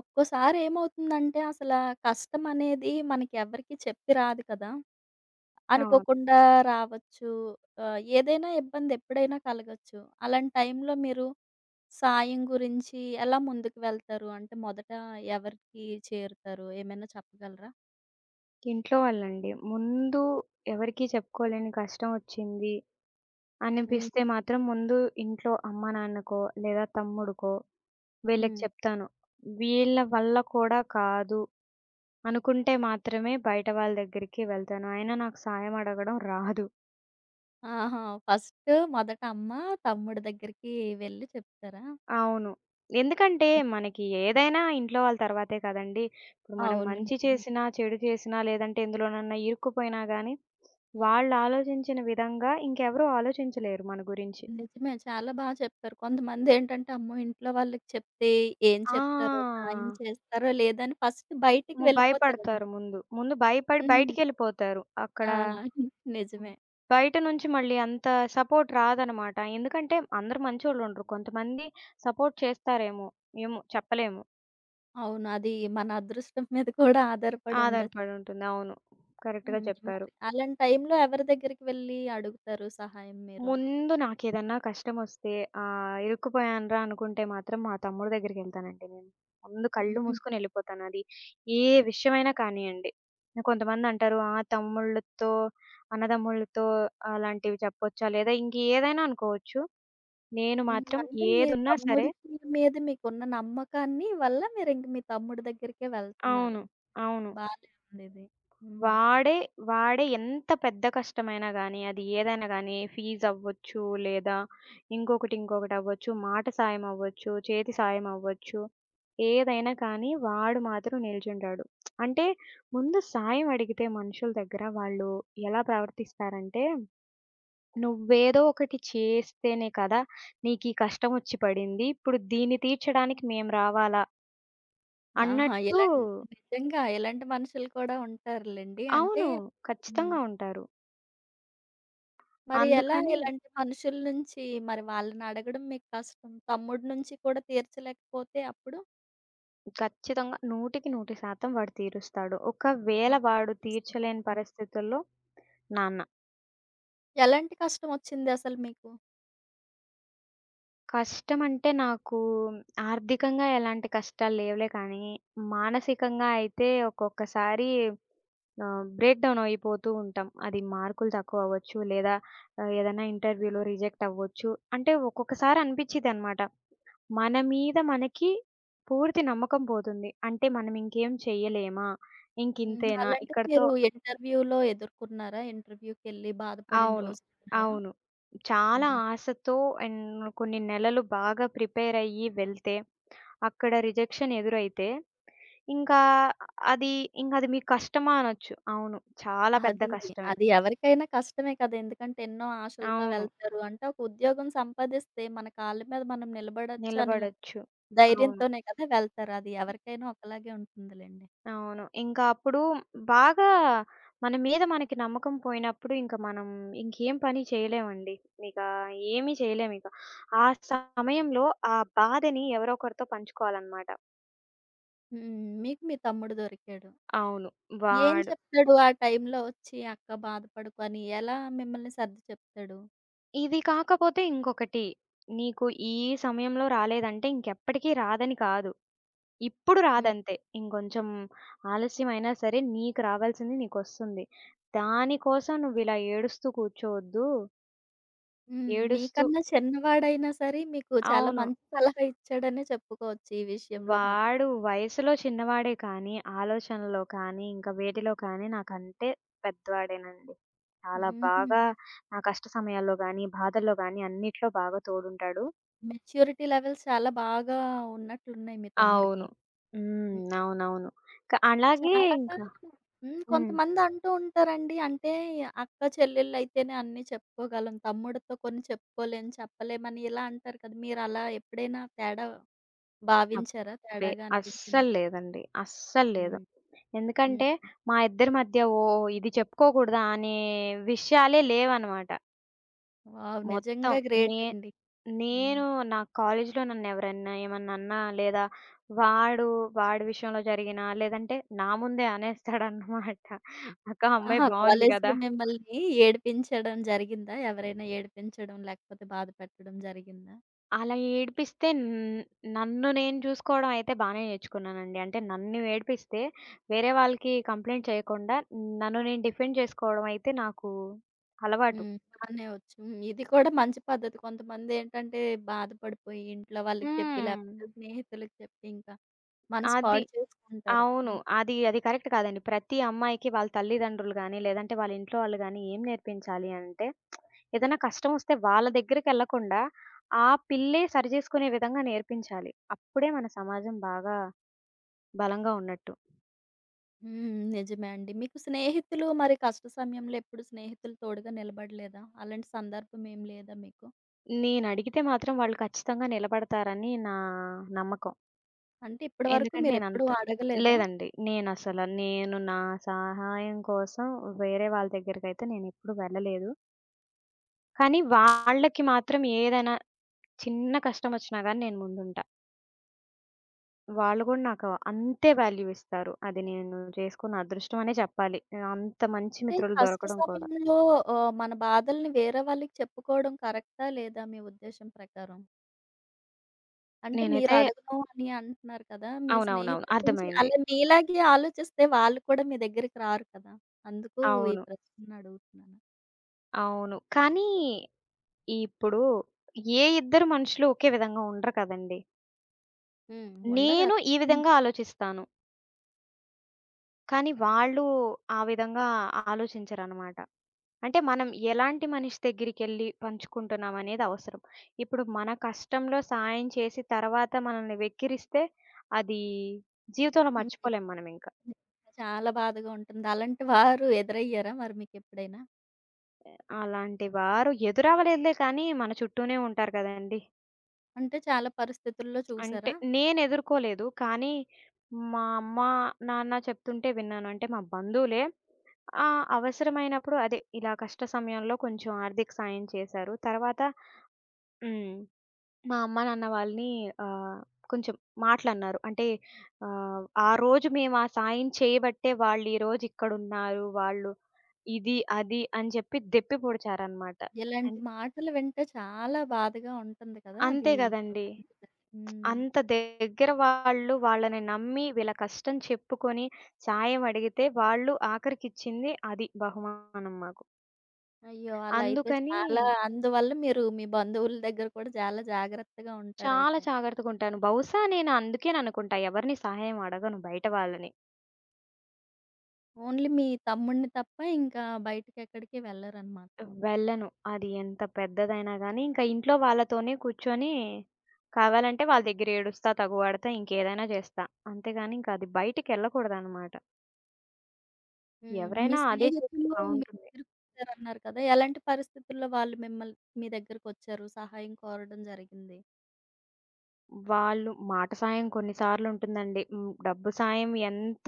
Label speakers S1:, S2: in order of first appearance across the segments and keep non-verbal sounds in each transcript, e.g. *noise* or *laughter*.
S1: ఒక్కోసారి ఏమవుతుందంటే అసల కష్టం అనేది మనకి ఎవరికీ చెప్పి రాదు కదా!
S2: అవును.
S1: అనుకోకుండా రావచ్చు. ఏదైనా ఇబ్బంది ఎప్పుడైనా కలగొచ్చు. అలాంటి టైంలో మీరు సాయం గురించి ఎలా ముందుకు వెళ్తారు? అంటే మొదట ఎవరికి చేరుతారు? ఏమైనా చెప్పగలరా?
S2: ఇంట్లో వాళ్ళండి. ముందు ఎవరికీ చెప్పుకోలేని కష్టం ఒచ్చింది
S1: హ్మ్.
S2: అనిపిస్తే మాత్రం ముందు ఇంట్లో అమ్మ, నాన్నకో లేదా తమ్ముడికో వీళ్ళకి
S1: హ్మ్.
S2: చెప్తాను. వీళ్ళ వల్ల కూడా కాదు అనుకుంటే మాత్రమే బయట వాళ్ళ దగ్గరికి వెళ్తాను. అయినా నాకు సాయం అడగడం రాదు.
S1: ఆహా! ఫస్ట్ మొదట అమ్మ, తమ్ముడు దగ్గరికి వెళ్లి చెప్తారా?
S2: అవును. ఎందుకంటే,
S1: హ్మ్.
S2: మనకి ఏదైనా ఇంట్లో వాళ్ళ తర్వాతే కదండీ. ఇప్పుడు మనం
S1: అవును.
S2: మంచి
S1: నిజమే.
S2: చేసినా, చెడు చేసినా, లేదంటే ఎందులోనన్నా ఇరుక్కుపోయినా గానీ, వాళ్ళు ఆలోచించిన విధంగా ఇంకెవరూ ఆలోచించలేరు మన గురించి.
S1: నిజమే. చాలా బా చెప్పారు. కొంతమందేంటంటే, అమ్మో! ఇంట్లో వాళ్ళకి చెప్తే ఏం చెప్తారో,
S2: ఆ!
S1: సాయం చేస్తారో లేదని ఫస్ట్ బయటికి వెళ్ళిపోతారు.
S2: భయపడతారు ముందు. ముందు భయపడి
S1: హ్మ్.
S2: బయటికెళ్ళిపోతారు. అక్కడ
S1: ఆ! *laughs* నిజమే.
S2: బయట నుంచి మళ్ళీ అంత సపోర్ట్ రాదనమాట. ఎందుకంటే, అందరూ మంచోళ్ళుండరు. కొంతమంది సపోర్ట్ చేస్తారేమో! ఏమో చెప్పలేము.
S1: అవును. అది మన అదృష్టం మీద కూడా ఆధారపడి ఉండొచ్చు.
S2: ఆధారపడి ఉంటుంది. అవును. కరెక్ట్‌గా
S1: హ్మ్.
S2: చెప్పారు.
S1: మరి అలాంటి టైంలో ఎవరి దగ్గరికి వెళ్ళి అడుగుతారు సహాయం మీరు?
S2: ముందు నాకేదన్నా కష్టమొస్తే ఇరుక్కుపోయానురా అనుకుంటే మాత్రం మా తమ్ముడు దగ్గరికెళ్తానండి నేను. ముందు కళ్ళు
S1: హుహు.
S2: మూసుకొని ఎళ్ళిపోతాను. అది ఏ విషయమైనా కానియ్యండి. కొంతమందంటారు ఆ! తమ్ముళ్ళతో, అన్నదమ్ముళ్ళతో అలాంటివి చెప్పొచ్చా? లేదా ఇంకేదైనా అనుకోవచ్చు. నేను
S1: హ్మ్.
S2: మాత్రం
S1: అంటే మీ
S2: ఏదున్నా సరే
S1: తమ్ముడి మీద మీకున్న నమ్మకాన్ని వల్ల మీరింక మీ తమ్ముడి దగ్గరికే వెళ్తున్నారు.
S2: అవును. అవును.
S1: బానే ఉందిది. హ్మ్.
S2: వాడే, వాడే ఎంత పెద్ద కష్టమైనా గానీ, అది ఏదైనా గానీ ఫీజవ్వచ్చు, లేదా ఇంకొకటి, ఇంకొకటవ్వచ్చు, మాట సాయం అవ్వచ్చు, చేతి సాయం అవ్వచ్చు. ఏదైనా కానీ వాడు మాత్రం నిల్చుంటాడు. అంటే ముందు సాయం అడిగితే మనుషుల దగ్గర వాళ్ళు ఎలా ప్రవర్తిస్తారంటే, "నువ్వేదో ఒకటి చేస్తేనే కదా నీకీ కష్టమొచ్చి పడింది. ఇప్పుడు దీన్ని తీర్చడానికి మేము రావాలా?"
S1: ఆహా!
S2: అన్నట్టు
S1: నిజంగా ఇలాంటి మనుషులు కూడా ఉంటారులెండి. అంటే
S2: అవును.
S1: హ్మ్.
S2: ఖచ్చితంగా ఉంటారు.
S1: మరి ఎలా
S2: అందుకని
S1: ఇలాంటి మనుషుల నుంచి మరి వాళ్ళని అడగడం మీకు కష్టం. తమ్ముడి నుంచి కూడా తీర్చలేకపోతే అప్పుడు
S2: ఖచ్చితంగా 100కి 100% వాడు తీరుస్తాడు. ఒకవేళ
S1: ఆహా!
S2: వాడు
S1: ఇస్తారా?
S2: తీర్చలేని
S1: హ్మ్.
S2: పరిస్థితుల్లో నాన్న.
S1: ఎలాంటి కష్టం వచ్చింది అసలు మీకు?
S2: కష్టమంటే నాకు ఆర్థికంగా ఎలాంటి కష్టాలు లేవులే కానీ, మానసికంగా అయితే ఒక్కొక్కసారి బ్రేక్ డౌన్ అయిపోతూ ఉంటాం. అది మార్కులు తక్కువ అవ్వచ్చు, లేదా ఏదైనా ఇంటర్వ్యూలో రిజెక్ట్ అవ్వచ్చు. అంటే ఒక్కొక్కసారి అనిపిచ్చిదనమాట. మన మీద మనకి పూర్తి నమ్మకం పోతుంది. అంటే మనం ఇంకేం చేయలేమా?
S1: హుహు.
S2: ఇంకింతేనా?
S1: అలాంటిది
S2: ఇక్కడితో
S1: మీరు ఇంటర్వ్యూలో ఎదుర్కొన్నారా? ఇంటర్వ్యూకెళ్ళి బాధపడిన
S2: అవును.
S1: రోజులున్నాయా?
S2: అవును. చాలా
S1: హ్మ్.
S2: ఆశతో అండ్ కొన్ని నెలలు బాగా ప్రిపేరయ్యి వెళ్తే, అక్కడ రిజెక్షన్ ఎదురైతే, ఇంకా అది ఇంకది మీ కష్టమా అనొచ్చు. అవును. చాలా పెద్ద
S1: అది,
S2: కష్టమే.
S1: అది ఎవరికైనా కష్టమే కదా! ఎందుకంటే ఎన్నో ఆశలతో
S2: అవును.
S1: వెళ్తారు. అంటే ఒక ఉద్యోగం సంపాదిస్తే మన కాళ్ళ మీద మనం నిలబడొచ్చు అని
S2: నిలబడొచ్చు. అవును.
S1: ధైర్యంతోనే కదా వెళ్తారు. అది ఎవరికైనా ఒకలాగే ఉంటుందిలెండి.
S2: అవును. ఇంకా అప్పుడు బాగా మన మీద మనకి నమ్మకం పోయినప్పుడు ఇంక మనం ఇంకేం పని చేయలేమండి. ఇక ఏమీ చేయలేమిక. ఆ సమయంలో ఆ బాధని ఎవరో ఒకరితో పంచుకోవాలనమాట.
S1: హ్మ్. మీకు మీ తమ్ముడు దొరికాడు.
S2: అవును.
S1: ఏం
S2: వాడు
S1: చెప్తాడు ఆ టైంలో వచ్చి "అక్క బాధపడకు" అని ఎలా మిమ్మల్ని సర్ది చెప్తాడు?
S2: ఇది కాకపోతే ఇంకొకటి, నీకు ఈ సమయంలో రాలేదంటే ఇంకెప్పటికి రాదని కాదు. ఇప్పుడు
S1: హ్మ్.
S2: రాదంతే. ఇంకొంచెం ఆలస్యమైనా సరే నీకు రావాల్సింది నీకొస్తుంది. దానికోసం నువ్విలా ఏడుస్తూ కూర్చోవద్దు.
S1: హ్మ్.
S2: ఏడుస్తూ
S1: మీకన్నా చిన్నవాడైనా సరే మీకు చాలా
S2: అవును.
S1: మంచి సలహా ఇచ్చాడనే చెప్పుకోవచ్చు ఈ విషయంలో మాత్రం.
S2: వాడు వయసులో చిన్నవాడే కానీ, ఆలోచనలో కానీ, ఇంకా వేటిలో కానీ నాకంటే పెద్దవాడేనండి. చాలా బాగా
S1: హుహు.
S2: నా కష్ట సమయాల్లో గానీ, బాధల్లో గానీ అన్నిట్లో బాగా తోడుంటాడు.
S1: మెచ్యూరిటీ లెవెల్స్ చాలా బాగా ఉన్నట్లున్నాయి మీ తమ్ముడికి.
S2: అవును. హ్మ్.
S1: హ్మ్.
S2: అవునవును. అలాగే
S1: చాలా
S2: ఇంకా
S1: హ్మ్.
S2: హ్మ్.
S1: కొంతమంది అంటూ ఉంటారండి. అంటే అక్క చెల్లెళ్ళైతేనే అన్నీ చెప్పుకోగలం. తమ్ముడితో కొన్ని చెప్పుకోలేం, చెప్పలేమని ఇలా అంటారు కదా! మీరలా ఎప్పుడైనా తేడా భావించారా?
S2: అబ్బే!
S1: తేడాగా
S2: అస్సలు
S1: అనిపించిందా?
S2: లేదండి. అస్సలు లేదు.
S1: హ్మ్. హ్మ్.
S2: ఎందుకంటే మా ఇద్దరి మధ్య ఓహ్! ఇది చెప్పుకోకూడదా అనే విషయాలే లేవనమాట.
S1: వావ్!
S2: మొత్తం
S1: నిజంగా గ్రేట్
S2: నే
S1: అండి. హ్మ్.
S2: నేను నా కాలేజీలో నన్నెవరన్నా ఏమన్నా అన్నా, లేదా వాడు వాడి విషయంలో జరిగినా, లేదంటే నా ముందే అనేస్తాడన్నమాట. "అక్క, ఆ అమ్మాయి
S1: ఆహా!
S2: బావుంది గదా!"
S1: కాలేజీలో మిమ్మల్ని ఏడిపించడం జరిగిందా? ఎవరైనా ఏడిపించడం, లేకపోతే బాధ పెట్టడం జరిగిందా?
S2: అలా ఏడిపిస్తే నన్ను నేను చూసుకోవడం అయితే బానే నేర్చుకున్నానండి. అంటే నన్ను ఏడిపిస్తే వేరే వాళ్ళకి కంప్లెయింట్ చేయకుండా నన్ను నేను డిఫెండ్ చేసుకోవడం అయితే నాకు అలవాటు.
S1: హ్మ్. బానే వచ్చు. హ్మ్. ఇది కూడా మంచి పద్ధతి. కొంతమందేంటంటే బాధపడిపోయి ఇంట్లో వాళ్ళకి చెప్పి,
S2: హ్మ్.
S1: లేకపోతే స్నేహితులకి చెప్పి ఇంకా మనసు
S2: అది.
S1: పాడు చేసుకుంటారు.
S2: అవును.
S1: హ్మ్.
S2: అది అది కరెక్ట్ కాదండి. ప్రతి అమ్మాయికి వాళ్ళ తల్లిదండ్రులు గాని, లేదంటే వాళ్ళ ఇంట్లో వాళ్ళు గాని ఏం నేర్పించాలి అంటే ఏదైనా కష్టం వస్తే వాళ్ళ దగ్గరికెళ్ళకుండా ఆ పిల్లే సరిజేసుకునే విధంగా నేర్పించాలి. అప్పుడే మన సమాజం బాగా బలంగా ఉన్నట్టు.
S1: హ్మ్. నిజమే అండి. మీకు స్నేహితులు మరి కష్ట సమయంలో ఎప్పుడు స్నేహితులు తోడుగా నిలబడలేదా? అలాంటి సందర్భం ఏం లేదా మీకు?
S2: నేనడిగితే మాత్రం వాళ్ళు ఖచ్చితంగా నిలబడతారని నా నమ్మకం.
S1: అంటే ఇప్పటి వరకు
S2: ఎందుకంటే
S1: మీరెప్పుడూ
S2: నేనంత
S1: అడగలేదా?
S2: లేదండి. నేను నా సహాయం కోసం వేరే వాళ్ళ దగ్గరికైతే నేనెప్పుడు వెళ్ళలేదు. కానీ వాళ్ళకి మాత్రం ఏదైనా చిన్న కష్టమొచ్చినా గానీ నేను ముందుంటా. వాళ్ళు గూడా నాకు అంతే వాల్యూ ఇస్తారు. అది నేను చేసుకున్న అదృష్టం అనే చెప్పాలి. అంత మంచి
S1: అంటే
S2: మిత్రులు
S1: కష్ట
S2: దొరకడం కూడా.
S1: సమయంలో మన బాధల్ని వేరే వాళ్ళకి చెప్పుకోవడం కరెక్టా లేదా మీ ఉద్దేశం ప్రకారం? అంటే మీరు
S2: నేనైతే
S1: అడగను అని అంటున్నారు కదా! మీ
S2: అవునవునవును.
S1: స్నేహితుల నుంచి
S2: అర్థమైంది.
S1: అలా మీలాగే ఆలోచిస్తే వాళ్ళు కూడా మీ దగ్గరికి రారు కదా! అందుకు ఈ
S2: అవును.
S1: ప్రశ్న అడుగుతున్నాను.
S2: అవును. కానీ ఇప్పుడు ఏ ఇద్దరు మనుషులు ఒకే విధంగా ఉండరు కదండీ.
S1: హ్మ్. ఉండరు
S2: నేను
S1: అది
S2: ఈ
S1: నిజమే.
S2: విధంగా ఆలోచిస్తాను. కానీ వాళ్ళు ఆ విధంగా ఆలోచించరనమాట. అంటే మనం ఎలాంటి మనిషి దగ్గరికెళ్లి పంచుకుంటున్నాం అనేది అవసరం. ఇప్పుడు మన కష్టంలో సాయం చేసి తర్వాత మనల్ని వెక్కిరిస్తే అది జీవితంలో
S1: హ్మ్.
S2: మర్చిపోలేం మనమింక.
S1: చాలా బాధగా ఉంటుంది. అలాంటి వారు ఎదురయ్యారా మరి మీకెప్పుడైనా?
S2: అలాంటి వారు ఎదురవ్వలేదులే కానీ మన చుట్టూనే ఉంటారు కదండీ!
S1: అంటే చాలా పరిస్థితుల్లో
S2: అంటే
S1: చూసారా?
S2: నేనెదుర్కోలేదు. కానీ మా అమ్మ, నాన్న చెప్తుంటే విన్నాను. అంటే మా బంధువులే అవసరమైనప్పుడు అదే ఇలా కష్ట సమయంలో కొంచెం ఆర్థిక సాయం చేశారు. తర్వాత హ్మ్. మా అమ్మ, నాన్న వాళ్ళని ఆహ్, కొంచెం మాటలన్నారు. అంటే ఆ రోజు మేము ఆ సాయం చేయబట్టే వాళ్ళు ఈరోజు ఇక్కడున్నారు. వాళ్ళు ఇది, అది అని చెప్పి దెప్పి పొడిచారనమాట.
S1: ఇలాంటి
S2: అన్
S1: మాటలు వింటే చాలా బాధగా ఉంటుంది కదా!
S2: అంతే
S1: అది
S2: గదండీ!
S1: ఎవరైనా సరే. హ్మ్.
S2: అంత దగ్గర వాళ్ళు వాళ్ళని నమ్మి వీళ్ళ కష్టం చెప్పుకొని సాయం అడిగితే వాళ్ళు ఆఖరికిచ్చింది అది బహుమానం మాకు.
S1: అయ్యో! అలా అయితే
S2: అందుకని
S1: చాలా అందువల్ల మీరు మీ బంధువుల దగ్గర కూడా చాలా జాగ్రత్తగా
S2: చాలా
S1: ఉంటారయితే.
S2: జాగ్రత్తగుంటాను. బహుశా నేను అందుకేననుకుంటా ఎవరిని సహాయం అడగను బయట వాళ్ళని.
S1: ఓన్లీ మీ తమ్ముడిని తప్ప ఇంకా బయటికెక్కడికి వెళ్ళరనమాట.
S2: వెళ్ళను. అది ఎంత పెద్దదైనా గానీ ఇంకా ఇంట్లో వాళ్ళతోనే కూర్చొని కావాలంటే వాళ్ళ దగ్గర ఏడుస్తా, తగువాడతా, ఇంకేదైనా జేస్తా. అంతేగాని ఇంకా అది బయటికెళ్ళకూడదనమాట.
S1: హ్మ్. మీ
S2: ఎవరైనా అదే చేస్తే
S1: స్నేహితులు మీరు
S2: బావుంటుంది.
S1: తిరుగుతారన్నారు కదా! ఎలాంటి పరిస్థితుల్లో వాళ్ళు మీ దగ్గరకొచ్చారు? సహాయం కోరడం జరిగింది?
S2: వాళ్ళు మాట సాయం కొన్ని సార్లుంటుందండి. హ్మ్. డబ్బు సాయం ఎంత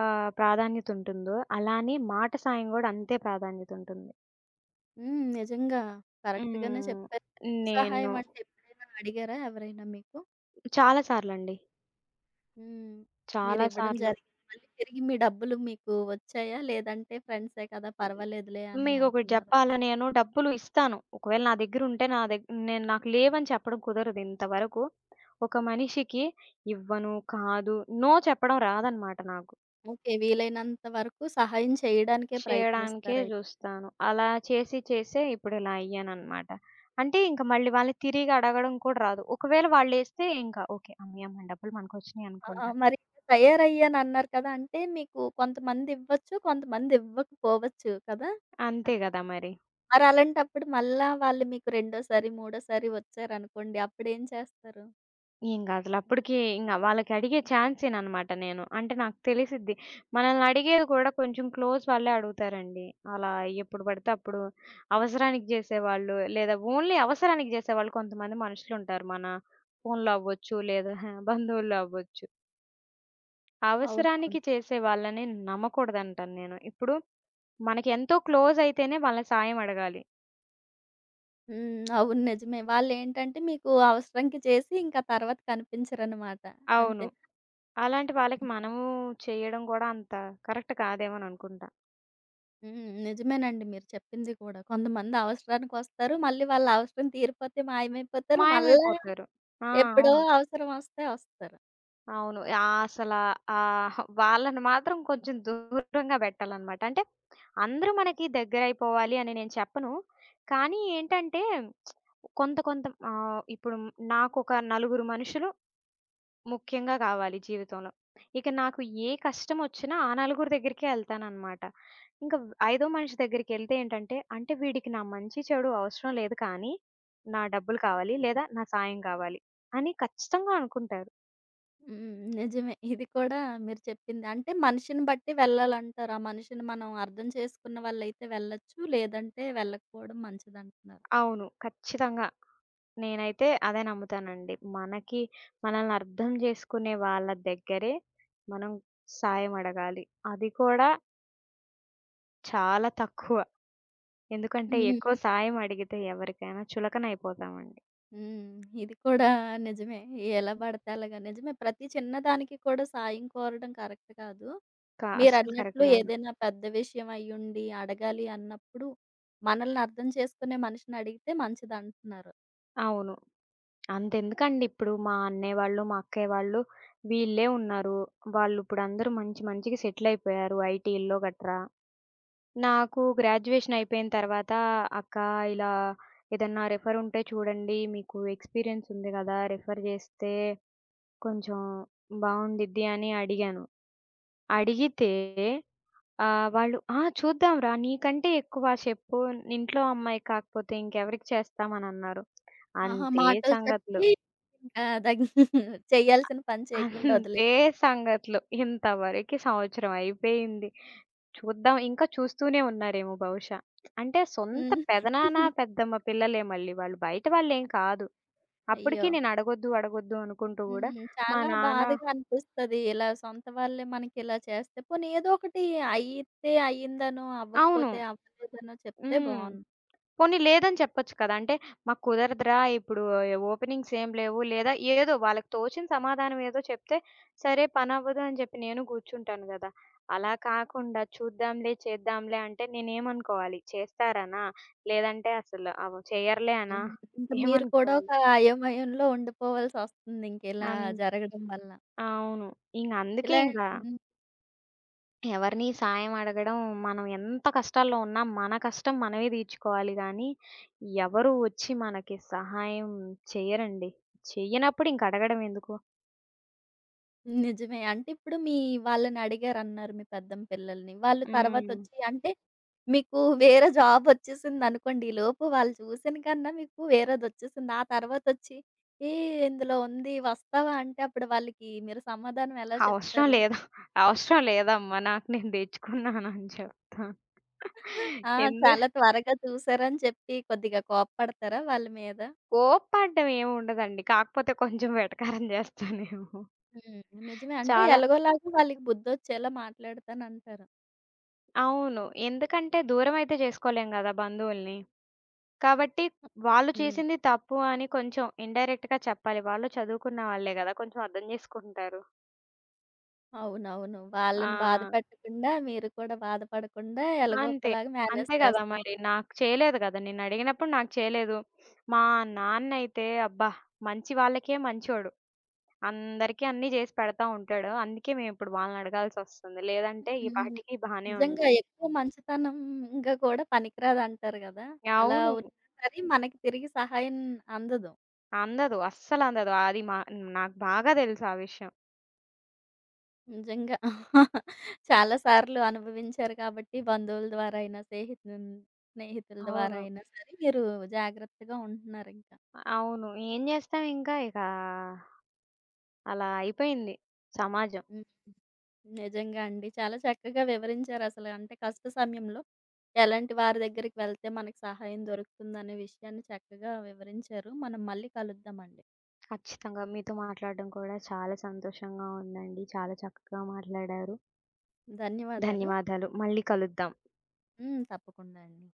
S2: ప్రాధాన్యతుంటుందో అలానే మాట సాయం గూడా అంతే ప్రాధాన్యతుంటుంది.
S1: హ్మ్. నిజంగా కరెక్ట్‌గానే
S2: హ్మ్.
S1: చెప్పారు. డబ్బు
S2: నేను
S1: సహాయం అంటే ఎప్పుడైనా అడిగారా ఎవరైనా మీకు?
S2: చాలా సార్లండి.
S1: హ్మ్.
S2: చాలా
S1: మీరివ్వడం
S2: సార్లు.
S1: జరిగింది. మళ్ళీ తిరిగి మీ డబ్బులు మీకు వచ్చాయా? లేదంటే ఫ్రెండ్సే కదా! పర్వాలేదులే అని
S2: మీకొకటి
S1: అనుకున్నారా?
S2: జెప్పాలా నేను డబ్బులు ఇస్తాను. ఒకవేళ నా దగ్గరుంటే నా దగ్ నేను నాకు లేవని చెప్పడం కుదరదు ఇంతవరకు. ఒక మనిషికి ఇవ్వను, కాదు, నో చెప్పడం రాదనమాట నాకు.
S1: ఓకే. వీలైనంత వరకు సహాయం చేయడానికే
S2: చేయడానికే
S1: ప్రయత్నిస్తారై
S2: జూస్తాను. అలా చేసి చేసే ఇప్పుడిలా అయ్యాననమాట. అంటే ఇంక మళ్ళీ వాళ్ళని తిరిగి అడగడం కూడా రాదు. ఒకవేళ వాళ్ళేస్తే ఇంకా ఓకే. అమ్మయ్య! మన డబ్బులు మనకొచ్చినియి
S1: ఆ!
S2: అనుకుంటా.
S1: మరి తయారయ్యానన్నారు కదా! అంటే మీకు కొంతమంది ఇవ్వచ్చు, కొంతమంది ఇవ్వకపోవచ్చు కదా!
S2: అంతే
S1: అన్
S2: గదా మరి.
S1: మరలాంటప్పుడు మళ్ళా వాళ్ళు మీకు రెండోసారి, మూడోసారి వచ్చారనుకోండి అప్పుడేం చేస్తారు?
S2: ఇంగసలు అప్పటికి ఇంగ వాళ్ళకి అడిగే ఛాన్సేననమాట నేను. అంటే నాకు తెలిసిద్ది. మనల్ని అడిగేది కూడా కొంచెం క్లోజ్ వాళ్ళే అడుగుతారండి. అలా ఎప్పుడు పడితే అప్పుడు అవసరానికి జేసేవాళ్ళు లేదా ఓన్లీ అవసరానికి జేసేవాళ్ళు కొంతమంది మనుషులుంటారు. మన ఫోన్‌లో అవ్వచ్చు లేదా బంధువుల్లో అవ్వచ్చు. అవసరానికి
S1: అవునవును.
S2: చేసే వాళ్ళని నమ్మకూడదంటాను నేను. ఇప్పుడు మనకెంతో క్లోజ్ అయితేనే వాళ్ళ సాయం అడగాలి.
S1: హ్మ్. అవును. నిజమే. వాళ్ళేంటంటే మీకు అవసరంకి చేసి ఇంకా తర్వాత కనిపించరనమాట. అంతే.
S2: అవును. అలాంటి వాళ్ళకి మనము చేయడం గూడా అంత కరెక్ట్ కాదేమో అని అనుకుంటా.
S1: హ్మ్. నిజమేనండి మీరు చెప్పింది కూడా. కొంతమంది అవసరానికొస్తారు. మళ్ళీ వాళ్ళ అవసరం తీరిపోతే మాయమైపోతారు. మళ్ళా
S2: మాయమైపోతారు. ఆ!
S1: ఎప్పుడో
S2: అవును.
S1: అవసరం వస్తే వస్తారు.
S2: అవును. వాళ్ళని మాత్రం కొంచెం దూరంగా బెట్టాలనమాట. అంటే అందరూ మనకి దగ్గరైపోవాలి అని నేను చెప్పను. కానీ ఏంటంటే కొంత కొంత ఇప్పుడు నాకొక నలుగురు మనుషులు ముఖ్యంగా కావాలి జీవితంలో. ఇక నాకు ఏ కష్టమొచ్చినా ఆ నలుగురు దగ్గరికే ఎళ్తాననమాట. ఇంక ఐదో మనిషి దగ్గరికెళ్తే ఏంటంటే, అంటే వీడికి నా మంచి చెడు అవసరం లేదు కానీ, నా డబ్బులు కావాలి లేదా నా సాయం కావాలి అని ఖచ్చితంగా అనుకుంటారు.
S1: హ్మ్. నిజమే. ఇది కూడా మీరు చెప్పింది. అంటే మనిషిని బట్టి వెళ్ళాలంటారు. ఆ మనిషిని మనం అర్థం చేసుకున్న వాళ్ళైతే వెళ్ళొచ్చు. లేదంటే వెళ్ళకపోవడం మంచిదంటున్నారు.
S2: అవును. ఖచ్చితంగా. నేనైతే అదే నమ్ముతానండి. మనకి మనల్ని అర్థం జేసుకునే వాళ్ళ దగ్గరే మనం సాయం అడగాలి. అది కూడా చాలా తక్కువ. ఎందుకంటే
S1: హ్మ్.
S2: ఎక్కువ సాయం అడిగితే ఎవరికైనా చులకన అయిపోతామండి.
S1: హ్మ్. ఇది కూడా నిజమే. ఎలా పడితే అలాగా నిజమే. ప్రతి చిన్నదానికి కూడా సాయం కోరడం కరెక్ట్ కాదు.
S2: అస్సలు కరెక్ట్
S1: మీరన్నట్లు
S2: కాదు.
S1: ఏదైనా పెద్ద విషయం అయ్యుండి అడగాలి అన్నప్పుడు మనల్ని అర్థం చేసుకునే మనిషిని అడిగితే మంచిదంటున్నారు.
S2: అవును. అంతెందుకండి ఇప్పుడు మా అన్నయ్య వాళ్ళు, మా అక్కయ్య వాళ్ళు వీళ్ళే ఉన్నారు. వాళ్ళు ఇప్పుడందరూ మంచి మంచిగా సెటిల్ అయిపోయారు ఐటీల్లో గట్రా. నాకు గ్రాడ్యుయేషన్ అయిపోయిన తర్వాత అక్క ఇలా ఏదన్నా రిఫర్ ఉంటే చూడండి. మీకు ఎక్స్‌పీరియన్స్ ఉంది గదా! రిఫర్ చేస్తే కొంచెం బావుండిద్ది అని అడిగాను. అడిగితే వాళ్ళు "ఆ! చూద్దాంరా నీకంటే ఎక్కువ చెప్పు. ఇంట్లో అమ్మాయి కాకపోతే ఇంకెవరికి చేస్తామనన్నారు."
S1: ఆహా!
S2: అంతే
S1: మాటలు
S2: సంగతులు.
S1: చెప్పి ఇంకా *laughs* చేయాల్సిన పని చేయకుండా
S2: అంతే
S1: వదిలేసారు.
S2: సంగతులు. ఇంతవరకి సంవత్సరం అయిపోయింది. చూద్దాం ఇంకా చూస్తూనే ఉన్నారేమో బహుశా. అంటే సొంత
S1: హ్మ్.
S2: పెదనాన్న, పెద్దమ్మ పిల్లలే మళ్ళీ వాళ్ళు. బయట వాళ్ళేం కాదు.
S1: అయ్యో!
S2: అప్పటికి నేను అడగొద్దు అనుకుంటూ
S1: హ్మ్.
S2: గూడా మా
S1: చాలా
S2: నాన్న
S1: బాధగా అనిపిస్తది. ఇలా సొంత వాళ్ళే మనకిలా చేస్తే, పోనీ ఏదో ఒకటి అయితే అయిందనో,
S2: అవును.
S1: అవ్వకపోతే అవ్వలేదనో చెప్తే
S2: హ్మ్.
S1: బావుండు.
S2: పోనీ లేదని చెప్పొచ్చు కదా! అంటే మాకు కుదరదురా! ఇప్పుడు ఓపెనింగ్స్ ఏం లేవు. లేదా ఏదో వాళ్ళకి తోచిన సమాధానం ఏదో చెప్తే సరే పనవ్వదు అని చెప్పి నేను కూర్చుంటాను గదా! అలా కాకుండా చూద్దాంలే, చేద్దాంలే అంటే నేనేమనుకోవాలి? చేస్తారనా? లేదంటే అసలు అవ చెయ్యరులే అనా?
S1: హ్మ్. ఇంక మీరు కూడా ఒక
S2: ఏమనుకోవాలి?
S1: అయోమయంలో ఉండిపోవాల్సొస్తుంది ఇంకిలా
S2: అన్
S1: జరగడం వల్ల.
S2: అవును. ఇంగ అందుకే
S1: ఇలా
S2: ఇంకా
S1: హ్మ్.
S2: ఎవరిని సాయం అడగడం మనం ఎంత కష్టాల్లో ఉన్నా మన కష్టం మనమే తీర్చుకోవాలి గానీ, ఎవరు వచ్చి మనకి సహాయం చెయ్యరండి. చెయ్యనప్పుడు ఇంక అడగడం ఎందుకు?
S1: నిజమే. అంటే ఇప్పుడు మీ వాళ్ళని అడిగారన్నారు మీ పెద్దమ్మ పిల్లల్ని. వాళ్ళు
S2: హ్మ్.
S1: తర్వాతొచ్చి అంటే మీకు వేరే జాబొచ్చేసిందనుకోండి. ఈలోపు వాళ్ళు చూసిన కన్నా మీకు వేరేదొచ్చేసింది. ఆ తర్వాతొచ్చి "ఏ ఇందులో ఉంది వస్తావా?" అంటే అప్పుడు వాళ్ళకి మీరు సమాధానం ఎలా
S2: అవసరం
S1: చెప్తారు?
S2: లేదు. అవసరం లేదమ్మా నాకు నేను తెచ్చుకున్నానని చెప్తాను.
S1: *laughs* ఆ!
S2: ఎందు
S1: చాలా త్వరగా చూసారని చెప్పి కొద్దిగా కోప్పడతారా వాళ్ళ మీద?
S2: కోప్పడడం ఏముండదండి. కాకపోతే కొంచెం వెటకారం చేస్తానేమో.
S1: హ్మ్. నిజమే. అంటే
S2: చాలా
S1: ఎలాగోలాగా వాళ్ళకి బుద్ధొచ్చేలా మాట్లాడతానంటారు.
S2: అవును. ఎందుకంటే దూరమైతే చేసుకోలేం గదా బంధువుల్ని. కాబట్టి వాళ్ళు
S1: హ్మ్.
S2: చేసింది తప్పు అని కొంచెం ఇండైరెక్ట్‌గా చెప్పాలి. వాళ్ళు చదువుకున్న వాళ్ళే గదా! కొంచెం అర్థం జేసుకుంటారు.
S1: అవునవును. వాళ్ళని బాధ
S2: ఆ!
S1: పెట్టకుండా, మీరు కూడా బాధపడకుండా ఎలాగో
S2: అంతే.
S1: ఒకలాగా మేనేజ్
S2: అంతే గదా!
S1: చేస్తారు.
S2: మరి నాకు చేయలేదు గదా! నేనడిగినప్పుడు నాకు చేయలేదు. మా నాన్నయితే అబ్బా! మంచి వాళ్ళకే మంచోడు. అందరికీ అన్నీ జేసి పెడతా ఉంటాడు. అందుకే మేమిప్పుడు వాళ్ళనడగాల్సొస్తుంది. లేదంటే ఈ
S1: హ్మ్.
S2: పాటికి బానే
S1: నిజంగా
S2: ఉండేది.
S1: ఎక్కువ మంచితనంగా కూడా పనికిరాదంటారు గదా! అలా
S2: అవును.
S1: ఉన్నా సరే మనకి తిరిగి సహాయం అందదు.
S2: అందదు. అస్సలందదు. అది మా నాకు బాగా తెలుసు ఆ విషయం.
S1: నిజంగా. *laughs* చాలా సార్లు అనుభవించారు కాబట్టి బంధువుల ద్వారా అయినా, స్నేహితుల ద్వారా
S2: అవును.
S1: అయినా సరే మీరు జాగ్రత్తగా ఉంటున్నారింకా.
S2: అవును. ఏం జేస్తాం ఇంకా ఇక అలా అయిపోయింది సమాజం.
S1: హ్మ్. నిజంగా అండి. చాలా చక్కగా వివరించారసల. అంటే కష్ట సమయంలో ఎలాంటి వారి దగ్గరికి వెళ్తే మనకు సహాయం దొరుకుతుందనే విషయాన్ని చక్కగా వివరించారు. మనం మళ్ళీ కలుద్దామండి.
S2: ఖచ్చితంగా. మీతో మాట్లాడడం కూడా చాలా సంతోషంగా ఉందండి. చాలా చక్కగా మాట్లాడారు.
S1: ధన్యవాదాలు.
S2: ధన్యవాదాలు. మళ్ళీ కలుద్దాం.
S1: హ్మ్. తప్పకుండా అండి.